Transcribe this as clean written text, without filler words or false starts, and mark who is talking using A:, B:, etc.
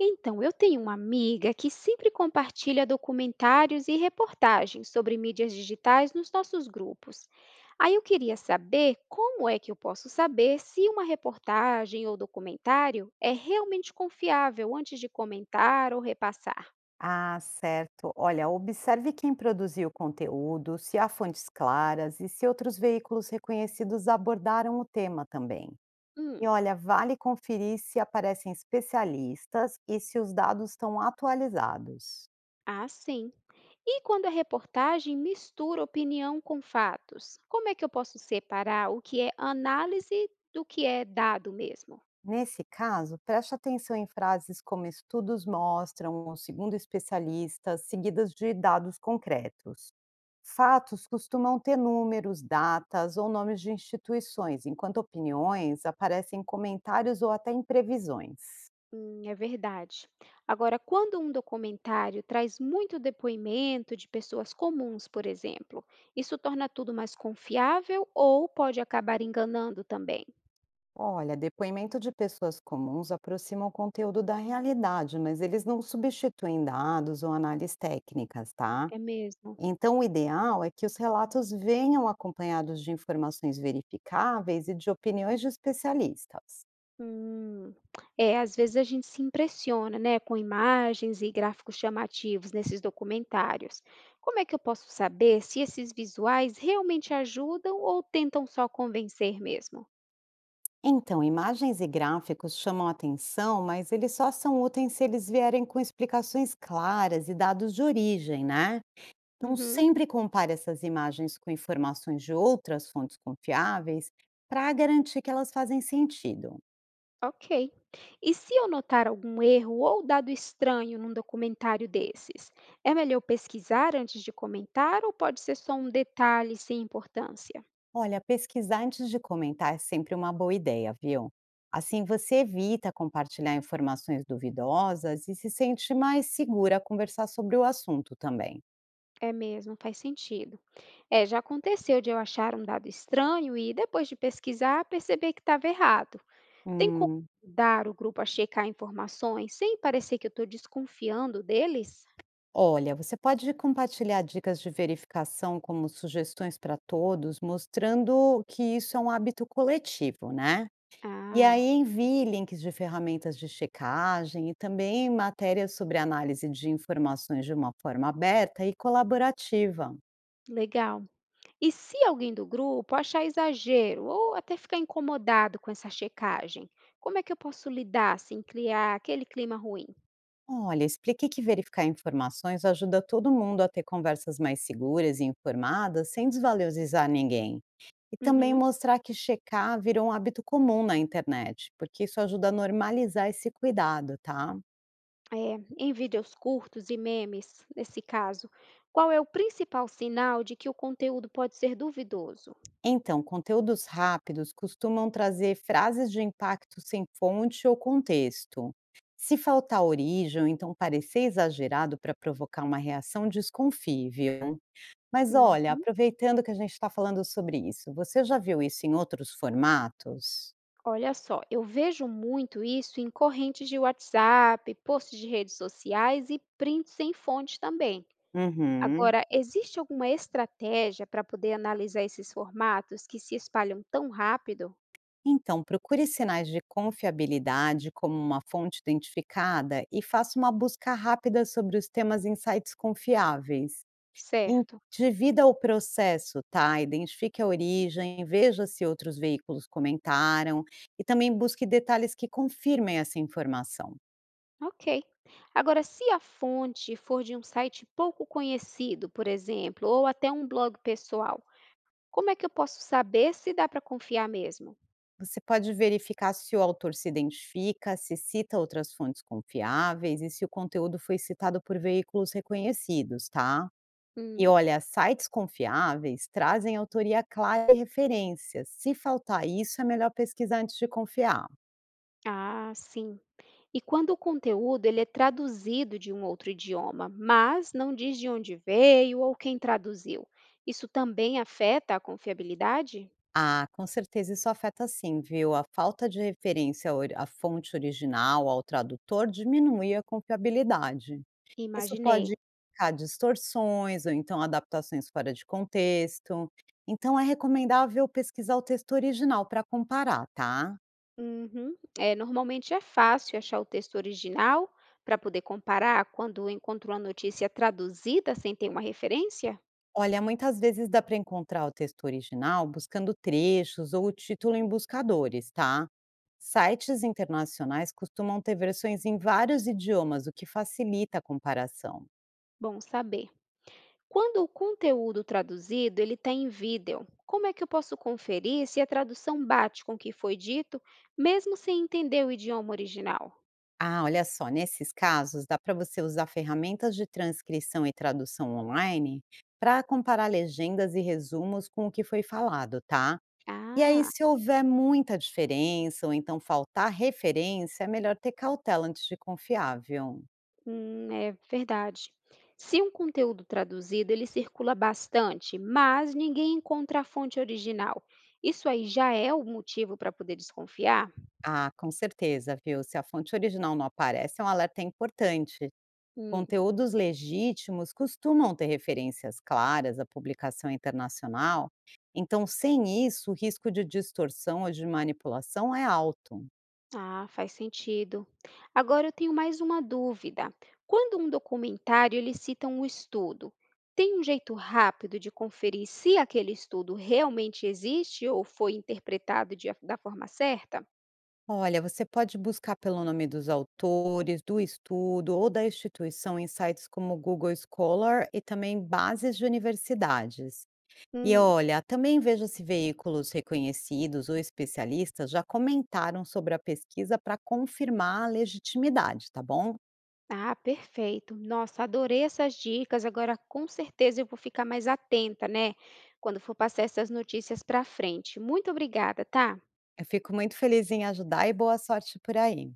A: Então, eu tenho uma amiga que sempre compartilha documentários e reportagens sobre mídias digitais nos nossos grupos. Aí eu queria saber como é que eu posso saber se uma reportagem ou documentário é realmente confiável antes de comentar ou repassar.
B: Ah, certo. Olha, observe quem produziu o conteúdo, se há fontes claras e se outros veículos reconhecidos abordaram o tema também.
A: Hum,
B: E olha, vale conferir se aparecem especialistas e se os dados estão atualizados.
A: ah, sim. E quando a reportagem mistura opinião com fatos, como é que eu posso separar o que é análise do que é dado mesmo?
B: Nesse caso, preste atenção em frases como estudos mostram, ou segundo especialistas, seguidas de dados concretos. Fatos costumam ter números, datas ou nomes de instituições, enquanto opiniões aparecem em comentários ou até em previsões.
A: É verdade. Agora, quando um documentário traz muito depoimento de pessoas comuns, por exemplo, isso torna tudo mais confiável ou pode acabar enganando também?
B: Olha, depoimento de pessoas comuns aproxima o conteúdo da realidade, mas eles não substituem dados ou análises técnicas, tá?
A: É mesmo?
B: Então, o ideal é que os relatos venham acompanhados de informações verificáveis e de opiniões de especialistas.
A: Hum, É, às vezes a gente se impressiona, né, com imagens e gráficos chamativos nesses documentários. Como é que eu posso saber se esses visuais realmente ajudam ou tentam só convencer mesmo?
B: Então, imagens e gráficos chamam a atenção, mas eles só são úteis se eles vierem com explicações claras e dados de origem, né? Então,
A: Uhum.
B: sempre compare essas imagens com informações de outras fontes confiáveis para garantir que elas fazem sentido.
A: Ok. E se eu notar algum erro ou dado estranho num documentário desses, é melhor pesquisar antes de comentar ou pode ser só um detalhe sem importância?
B: Olha, pesquisar antes de comentar é sempre uma boa ideia, viu? Assim você evita compartilhar informações duvidosas e se sente mais segura a conversar sobre o assunto também.
A: É mesmo, faz sentido. É, já aconteceu de eu achar um dado estranho e depois de pesquisar perceber que estava errado. Tem como
B: Hum.
A: ajudar o grupo a checar informações sem parecer que eu estou desconfiando deles?
B: Olha, você pode compartilhar dicas de verificação como sugestões para todos, mostrando que isso é um hábito coletivo, né? E aí
A: Ah,
B: envie links de ferramentas de checagem e também matérias sobre análise de informações de uma forma aberta e colaborativa.
A: legal. E se alguém do grupo achar exagero ou até ficar incomodado com essa checagem, como é que eu posso lidar sem criar aquele clima ruim?
B: Olha, expliquei que verificar informações ajuda todo mundo a ter conversas mais seguras e informadas, sem desvalorizar ninguém. E também
A: Uhum.
B: mostrar que checar virou um hábito comum na internet, porque isso ajuda a normalizar esse cuidado, tá?
A: É, em vídeos curtos e memes, nesse caso, qual é o principal sinal de que o conteúdo pode ser duvidoso?
B: Então, conteúdos rápidos costumam trazer frases de impacto sem fonte ou contexto. Se faltar origem, ou então parecer exagerado para provocar uma reação, desconfie, viu? Mas olha,
A: Uhum.
B: aproveitando que a gente está falando sobre isso, você já viu isso em outros formatos?
A: Olha só, eu vejo muito isso em correntes de WhatsApp, posts de redes sociais e prints sem fonte também.
B: Uhum.
A: Agora, existe alguma estratégia para poder analisar esses formatos que se espalham tão rápido?
B: Então, procure sinais de confiabilidade como uma fonte identificada e faça uma busca rápida sobre os temas em sites confiáveis. Em-
A: Certo,
B: Divida o processo, tá? Identifique a origem, veja se outros veículos comentaram e também busque detalhes que confirmem essa informação.
A: ok. Agora, se a fonte for de um site pouco conhecido, por exemplo, ou até um blog pessoal, como é que eu posso saber se dá para confiar mesmo?
B: Você pode verificar se o autor se identifica, se cita outras fontes confiáveis e se o conteúdo foi citado por veículos reconhecidos, tá? E
A: Hum,
B: olha, sites confiáveis trazem autoria clara e referências. Se faltar isso, é melhor pesquisar antes de confiar.
A: ah, sim. E quando o conteúdo ele é traduzido de um outro idioma, mas não diz de onde veio ou quem traduziu, isso também afeta a confiabilidade?
B: Ah, com certeza isso afeta sim, viu? A falta de referência à fonte original, ao tradutor, diminui a confiabilidade. Isso pode
A: Imaginei.
B: indicar distorções ou então adaptações fora de contexto. Então é recomendável pesquisar o texto original para comparar, tá?
A: Uhum. É, normalmente é fácil achar o texto original para poder comparar quando encontro uma notícia traduzida sem ter uma referência?
B: Olha, muitas vezes dá para encontrar o texto original buscando trechos ou o título em buscadores, tá? Sites internacionais costumam ter versões em vários idiomas, o que facilita a comparação.
A: Bom saber. Quando o conteúdo traduzido ele está em vídeo, como é que eu posso conferir se a tradução bate com o que foi dito, mesmo sem entender o idioma original?
B: Ah, olha só, nesses casos dá para você usar ferramentas de transcrição e tradução online para comparar legendas e resumos com o que foi falado, tá? E aí,
A: Ah,
B: se houver muita diferença ou então faltar referência, é melhor ter cautela antes de confiar, viu?
A: hum, é verdade. Se um conteúdo traduzido, ele circula bastante, mas ninguém encontra a fonte original. Isso aí já é o motivo para poder desconfiar?
B: Ah, com certeza, viu? Se a fonte original não aparece, é um alerta é importante.
A: Hum,
B: Conteúdos legítimos costumam ter referências claras à publicação internacional, então, sem isso, o risco de distorção ou de manipulação é alto.
A: ah, faz sentido. Agora eu tenho mais uma dúvida. Quando um documentário ele cita um estudo, tem um jeito rápido de conferir se aquele estudo realmente existe ou foi interpretado da forma certa?
B: Olha, você pode buscar pelo nome dos autores, do estudo ou da instituição em sites como Google Scholar e também bases de universidades. E
A: Hum,
B: olha, também veja se veículos reconhecidos ou especialistas já comentaram sobre a pesquisa para confirmar a legitimidade, tá bom?
A: Ah, perfeito. Nossa, adorei essas dicas. Agora, com certeza, eu vou ficar mais atenta, né? Quando for passar essas notícias para frente. Muito obrigada, tá?
B: Eu fico muito feliz em ajudar e boa sorte por aí.